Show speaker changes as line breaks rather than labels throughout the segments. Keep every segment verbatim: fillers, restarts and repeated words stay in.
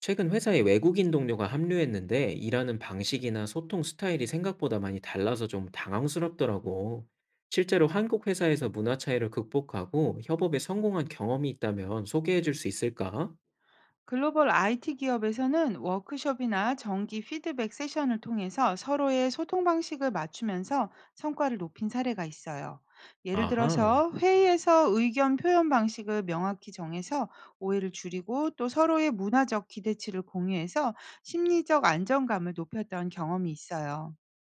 최근 회사에 외국인 동료가 합류했는데 일하는 방식이나 소통 스타일이 생각보다 많이 달라서 좀 당황스럽더라고. 실제로 한국 회사에서 문화 차이를 극복하고 협업에 성공한 경험이 있다면 소개해 줄 수 있을까?
글로벌 아이티 기업에서는 워크숍이나 정기 피드백 세션을 통해서 서로의 소통 방식을 맞추면서 성과를 높인 사례가 있어요. 예를
아하,
들어서 회의에서 의견 표현 방식을 명확히 정해서 오해를 줄이고, 또 서로의 문화적 기대치를 공유해서 심리적 안정감을 높였던 경험이 있어요.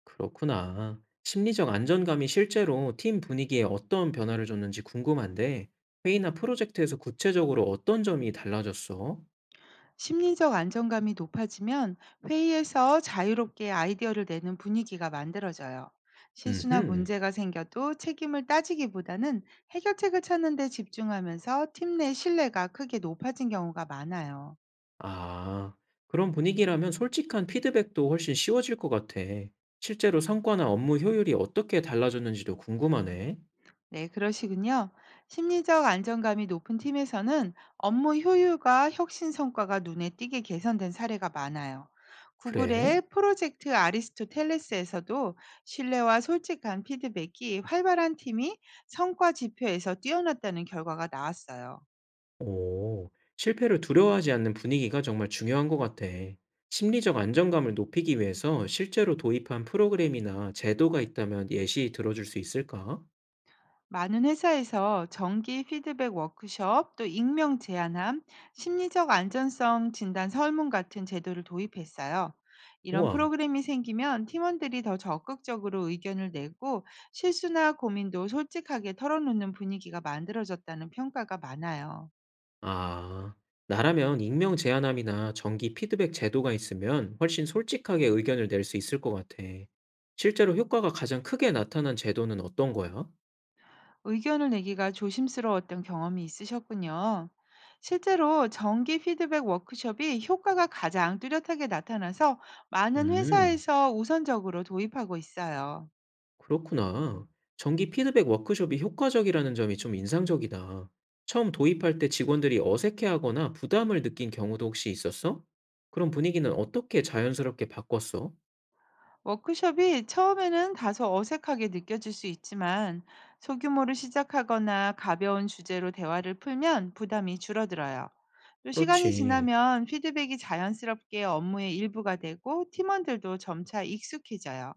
그렇구나. 심리적 안정감이 실제로 팀 분위기에 어떤 변화를 줬는지 궁금한데 회의나 프로젝트에서 구체적으로 어떤 점이 달라졌어?
심리적 안정감이 높아지면 회의에서 자유롭게 아이디어를 내는 분위기가 만들어져요. 실수나
음흠.
문제가 생겨도 책임을 따지기보다는 해결책을 찾는 데 집중하면서 팀 내 신뢰가 크게 높아진 경우가 많아요.
아, 그런 분위기라면 솔직한 피드백도 훨씬 쉬워질 것 같아. 실제로 성과나 업무 효율이 어떻게 달라졌는지도 궁금하네.
네, 그러시군요. 심리적 안정감이 높은 팀에서는 업무 효율과 혁신 성과가 눈에 띄게 개선된 사례가 많아요.
그래?
구글의 프로젝트 아리스토텔레스에서도 신뢰와 솔직한 피드백이 활발한 팀이 성과 지표에서 뛰어났다는 결과가 나왔어요.
오, 실패를 두려워하지 않는 분위기가 정말 중요한 것 같아. 심리적 안정감을 높이기 위해서 실제로 도입한 프로그램이나 제도가 있다면 예시 들어줄 수 있을까?
많은 회사에서 정기 피드백 워크숍, 또 익명 제한함, 심리적 안전성 진단 설문 같은 제도를 도입했어요. 이런
우와.
프로그램이 생기면 팀원들이 더 적극적으로 의견을 내고, 실수나 고민도 솔직하게 털어놓는 분위기가 만들어졌다는 평가가 많아요.
아, 나라면 익명 제한함이나 정기 피드백 제도가 있으면 훨씬 솔직하게 의견을 낼 수 있을 것 같아. 실제로 효과가 가장 크게 나타난 제도는 어떤 거야?
의견을 내기가 조심스러웠던 경험이 있으셨군요. 실제로 정기 피드백 워크숍이 효과가 가장 뚜렷하게 나타나서, 많은
음,
회사에서 우선적으로 도입하고 있어요.
그렇구나. 정기 피드백 워크숍이 효과적이라는 점이 좀 인상적이다. 처음 도입할 때 직원들이 어색해하거나 부담을 느낀 경우도 혹시 있었어? 그런 분위기는 어떻게 자연스럽게 바꿨어?
워크숍이 처음에는 다소 어색하게 느껴질 수 있지만, 소규모로 시작하거나 가벼운 주제로 대화를 풀면 부담이 줄어들어요. 또 시간이
그렇지.
지나면 피드백이 자연스럽게 업무의 일부가 되고, 팀원들도 점차 익숙해져요.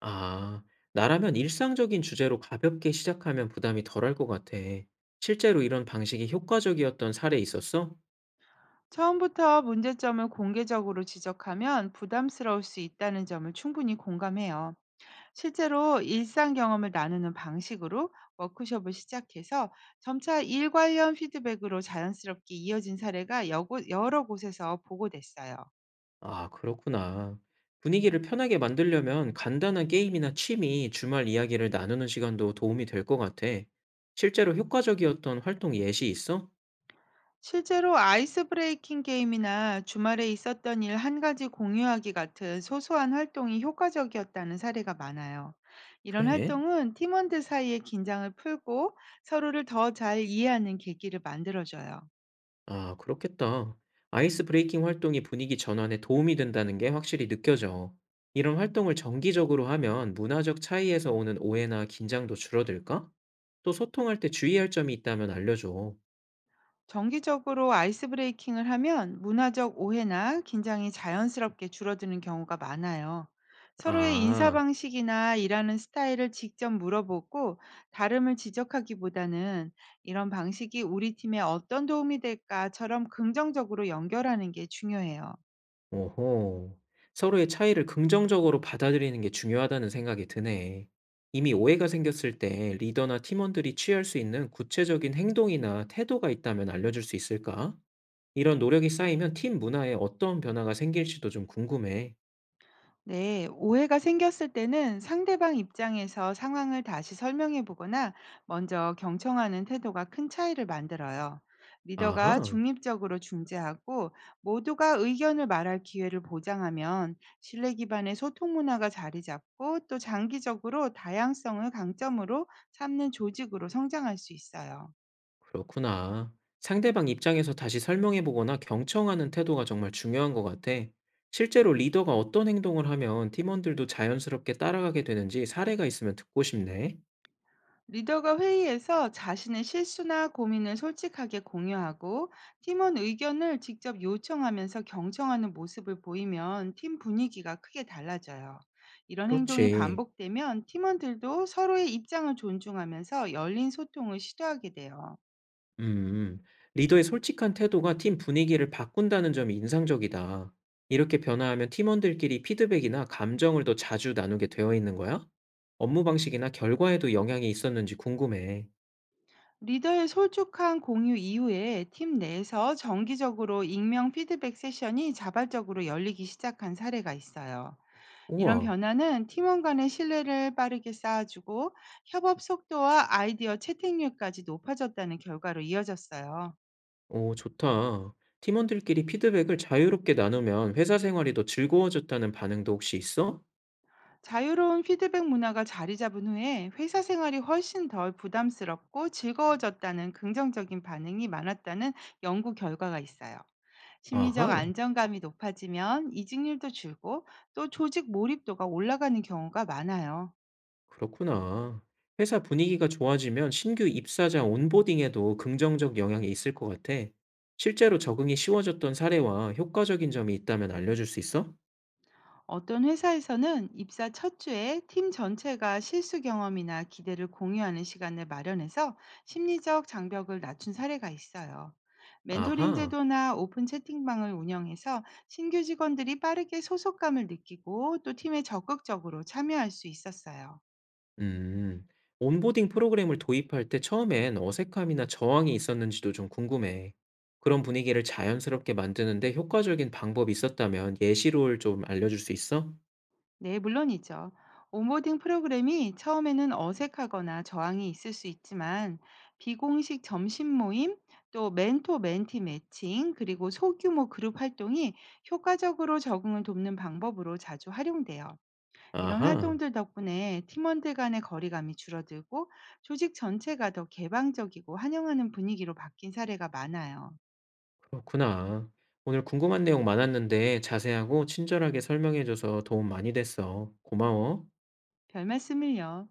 아, 나라면 일상적인 주제로 가볍게 시작하면 부담이 덜할 것 같아. 실제로 이런 방식이 효과적이었던 사례 있었어?
처음부터 문제점을 공개적으로 지적하면 부담스러울 수 있다는 점을 충분히 공감해요. 실제로 일상 경험을 나누는 방식으로 워크숍을 시작해서, 점차 일 관련 피드백으로 자연스럽게 이어진 사례가 여고- 여러 곳에서 보고됐어요.
아, 그렇구나. 분위기를 편하게 만들려면 간단한 게임이나 취미, 주말 이야기를 나누는 시간도 도움이 될 것 같아. 실제로 효과적이었던 활동 예시 있어?
실제로 아이스 브레이킹 게임이나 주말에 있었던 일 한 가지 공유하기 같은 소소한 활동이 효과적이었다는 사례가 많아요. 이런
그래?
활동은 팀원들 사이의 긴장을 풀고, 서로를 더 잘 이해하는 계기를 만들어줘요.
아, 그렇겠다. 아이스 브레이킹 활동이 분위기 전환에 도움이 된다는 게 확실히 느껴져. 이런 활동을 정기적으로 하면 문화적 차이에서 오는 오해나 긴장도 줄어들까? 또 소통할 때 주의할 점이 있다면 알려줘.
정기적으로 아이스 브레이킹을 하면 문화적 오해나 긴장이 자연스럽게 줄어드는 경우가 많아요. 서로의 인사
아,
방식이나 일하는 스타일을 직접 물어보고, 다름을 지적하기보다는 이런 방식이 우리 팀에 어떤 도움이 될까처럼 긍정적으로 연결하는 게 중요해요.
오호. 서로의 차이를 긍정적으로 받아들이는 게 중요하다는 생각이 드네. 이미 오해가 생겼을 때 리더나 팀원들이 취할 수 있는 구체적인 행동이나 태도가 있다면 알려줄 수 있을까? 이런 노력이 쌓이면 팀 문화에 어떤 변화가 생길지도 좀 궁금해.
네, 오해가 생겼을 때는 상대방 입장에서 상황을 다시 설명해 보거나, 먼저 경청하는 태도가 큰 차이를 만들어요. 리더가
아하,
중립적으로 중재하고, 모두가 의견을 말할 기회를 보장하면 신뢰 기반의 소통 문화가 자리 잡고, 또 장기적으로 다양성을 강점으로 삼는 조직으로 성장할 수 있어요.
그렇구나. 상대방 입장에서 다시 설명해 보거나 경청하는 태도가 정말 중요한 것 같아. 실제로 리더가 어떤 행동을 하면 팀원들도 자연스럽게 따라가게 되는지 사례가 있으면 듣고 싶네.
리더가 회의에서 자신의 실수나 고민을 솔직하게 공유하고, 팀원 의견을 직접 요청하면서 경청하는 모습을 보이면 팀 분위기가 크게 달라져요. 이런 행동이
그렇지.
반복되면 팀원들도 서로의 입장을 존중하면서 열린 소통을 시도하게 돼요.
음, 리더의 솔직한 태도가 팀 분위기를 바꾼다는 점이 인상적이다. 이렇게 변화하면 팀원들끼리 피드백이나 감정을 더 자주 나누게 되어 있는 거야? 업무 방식이나 결과에도 영향이 있었는지 궁금해.
리더의 솔직한 공유 이후에 팀 내에서 정기적으로 익명 피드백 세션이 자발적으로 열리기 시작한 사례가 있어요. 이런
우와,
변화는 팀원 간의 신뢰를 빠르게 쌓아주고, 협업 속도와 아이디어 채택률까지 높아졌다는 결과로 이어졌어요.
오, 좋다. 팀원들끼리 피드백을 자유롭게 나누면 회사 생활이 더 즐거워졌다는 반응도 혹시 있어?
자유로운 피드백 문화가 자리 잡은 후에 회사 생활이 훨씬 덜 부담스럽고 즐거워졌다는 긍정적인 반응이 많았다는 연구 결과가 있어요. 심리적
아하.
안정감이 높아지면 이직률도 줄고, 또 조직 몰입도가 올라가는 경우가 많아요.
그렇구나. 회사 분위기가 좋아지면 신규 입사자 온보딩에도 긍정적 영향이 있을 것 같아. 실제로 적응이 쉬워졌던 사례와 효과적인 점이 있다면 알려줄 수 있어?
어떤 회사에서는 입사 첫 주에 팀 전체가 실수 경험이나 기대를 공유하는 시간을 마련해서 심리적 장벽을 낮춘 사례가 있어요. 멘토링
아하.
제도나 오픈 채팅방을 운영해서 신규 직원들이 빠르게 소속감을 느끼고, 또 팀에 적극적으로 참여할 수 있었어요.
음. 온보딩 프로그램을 도입할 때 처음엔 어색함이나 저항이 있었는지도 좀 궁금해. 그런 분위기를 자연스럽게 만드는데 효과적인 방법이 있었다면 예시를 좀 알려줄 수 있어?
네, 물론이죠. 온보딩 프로그램이 처음에는 어색하거나 저항이 있을 수 있지만, 비공식 점심 모임, 또 멘토 멘티 매칭, 그리고 소규모 그룹 활동이 효과적으로 적응을 돕는 방법으로 자주 활용돼요. 이런
아하.
활동들 덕분에 팀원들 간의 거리감이 줄어들고, 조직 전체가 더 개방적이고 환영하는 분위기로 바뀐 사례가 많아요.
그렇구나. 오늘 궁금한 내용 많았는데 자세하고 친절하게 설명해줘서 도움 많이 됐어. 고마워.
별 말씀을요.